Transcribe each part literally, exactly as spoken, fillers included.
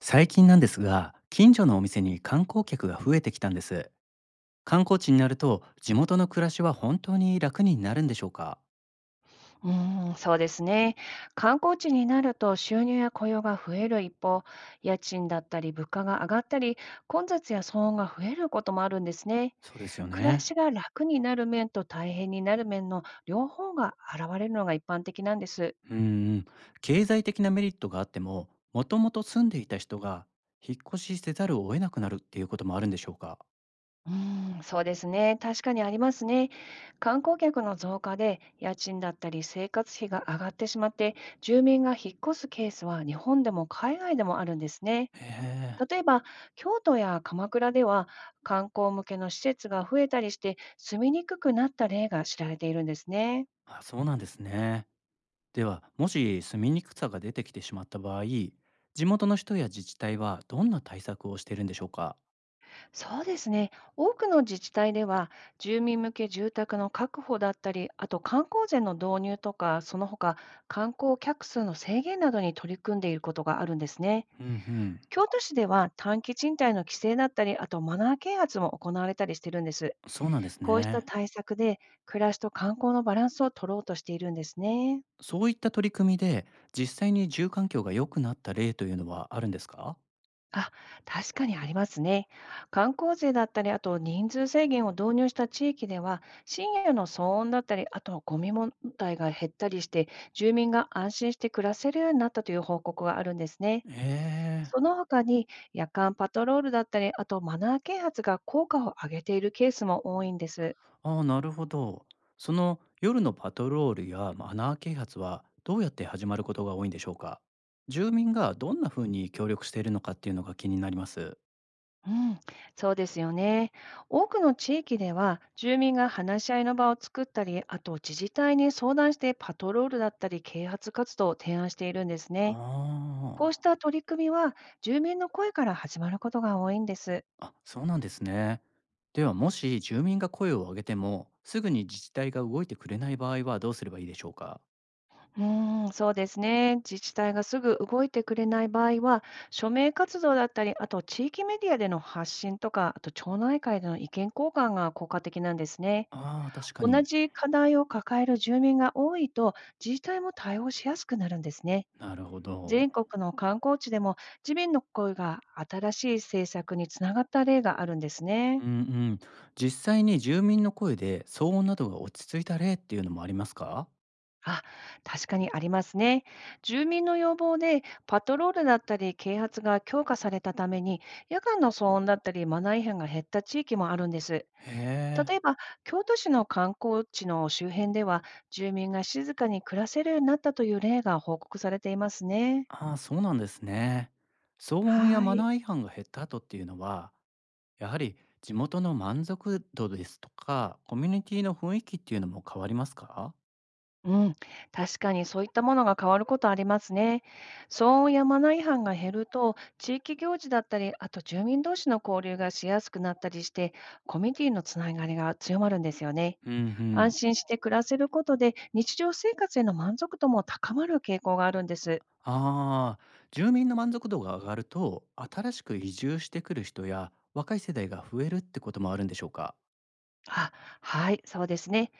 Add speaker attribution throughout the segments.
Speaker 1: 最近なんですが近所のお店に観光客が増えてきたんです。観光地になると地元の暮らしは本当に楽になるんでしょうか。
Speaker 2: うーん、そうですね。観光地になると収入や雇用が増える一方、家賃だったり物価が上がったり、混雑や騒音が増えることもあるんですね。
Speaker 1: そうですよ
Speaker 2: 暮ら
Speaker 1: ね。
Speaker 2: しが楽になる面と大変になる面の両方が現れるのが一般的なんです。
Speaker 1: うんうん。経済的なメリットがあってももともと住んでいた人が引っ越しせざるを得なくなるっていうこともあるんでしょうか。
Speaker 2: うーん、そうですね。確かにありますね。観光客の増加で家賃だったり生活費が上がってしまって、住民が引っ越すケースは日本でも海外でもあるんですね。
Speaker 1: へえ。
Speaker 2: 例えば、京都や鎌倉では観光向けの施設が増えたりして住みにくくなった例が知られているんですね。
Speaker 1: あ、そうなんですね。ではもし住みにくさが出てきてしまった場合、地元の人や自治体はどんな対策をしているんでしょうか。
Speaker 2: そうですね。多くの自治体では住民向け住宅の確保だったり、あと観光税の導入とか、その他観光客数の制限などに取り組んでいることがあるんですね。
Speaker 1: うんうん。
Speaker 2: 京都市では短期賃貸の規制だったり、あとマナー啓発も行われたりしてるんです。
Speaker 1: そうなんです
Speaker 2: こうした
Speaker 1: ね。
Speaker 2: 対策で暮らしと観光のバランスを取ろうとしているんですね。
Speaker 1: そういった取り組みで、実際に住環境が良くなった例というのはあるんですか？
Speaker 2: あ、確かにありますね。観光税だったり、あと人数制限を導入した地域では、深夜の騒音だったり、あとゴミ問題が減ったりして、住民が安心して暮らせるようになったという報告があるんですね。
Speaker 1: へえ、
Speaker 2: その他に、夜間パトロールだったり、あとマナー啓発が効果を上げているケースも多いんです。
Speaker 1: ああ、なるほど。その夜のパトロールやマナー啓発はどうやって始まることが多いんでしょうか？住民がどんな風に協力しているのかっていうのが気になります。
Speaker 2: うん、そうですよね。多くの地域では、住民が話し合いの場を作ったり、あと自治体に相談してパトロールだったり、啓発活動を提案しているんです
Speaker 1: あ
Speaker 2: ね。こうした取り組みは、住民の声から始まることが多いんです。
Speaker 1: あ、あ、そうなんですね。ではもし住民が声を上げても、すぐに自治体が動いてくれない場合はどうすればいいでしょうか？
Speaker 2: うーん、そうですね。自治体がすぐ動いてくれない場合は、署名活動だったり、あと地域メディアでの発信とか、あと町内会での意見交換が効果的なんですね。
Speaker 1: ああ、確か
Speaker 2: 同
Speaker 1: に。
Speaker 2: じ課題を抱える住民が多いと、自治体も対応しやすくなるんですね。
Speaker 1: なるほど。
Speaker 2: 全国の観光地でも、自民の声が新しい政策につながった例があるんですね。
Speaker 1: うんうん。実際に住民の声で騒音などが落ち着いた例っていうのもありますか。
Speaker 2: あ、確かにありますね。住民の要望で、パトロールだったり、啓発が強化されたために、夜間の騒音だったり、マナー違反が減った地域もあるんです。
Speaker 1: へえ。
Speaker 2: 例えば、京都市の観光地の周辺では、住民が静かに暮らせるようになったという例が報告されていますね。
Speaker 1: ああ、そうなんですね。騒音や
Speaker 2: は
Speaker 1: マ
Speaker 2: い。
Speaker 1: ナー違反が減った後っていうのは、やはり地元の満足度ですとか、コミュニティの雰囲気っていうのも変わりますか。
Speaker 2: うん。確かにそういったものが変わることありますね。騒音やマナー違反が減ると、地域行事だったり、あと住民同士の交流がしやすくなったりして、コミュニティのつながりが強まるんですよね。
Speaker 1: うんう
Speaker 2: 安
Speaker 1: ん。
Speaker 2: 心して暮らせることで、日常生活への満足度も高まる傾向があるんです。
Speaker 1: ああ、住民の満足度が上がると、新しく移住してくる人や若い世代が増えるってこともあるんでしょうか。
Speaker 2: あ、はい、そうですね。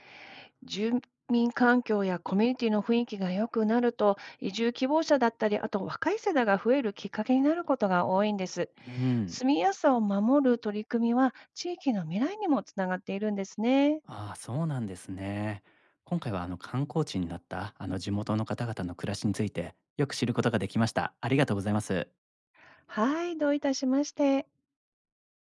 Speaker 2: 住民環境やコミュニティの雰囲気が良くなると、移住希望者だったり、あと若い世代が増えるきっかけになることが多いんです。
Speaker 1: うん。
Speaker 2: 住みやすさを守る取り組みは、地域の未来にもつながっているんですね。
Speaker 1: ああ、そうなんですね。今回はあの観光地になったあの地元の方々の暮らしについてよく知ることができました。ありがとうございます。
Speaker 2: はい、どういたしまして。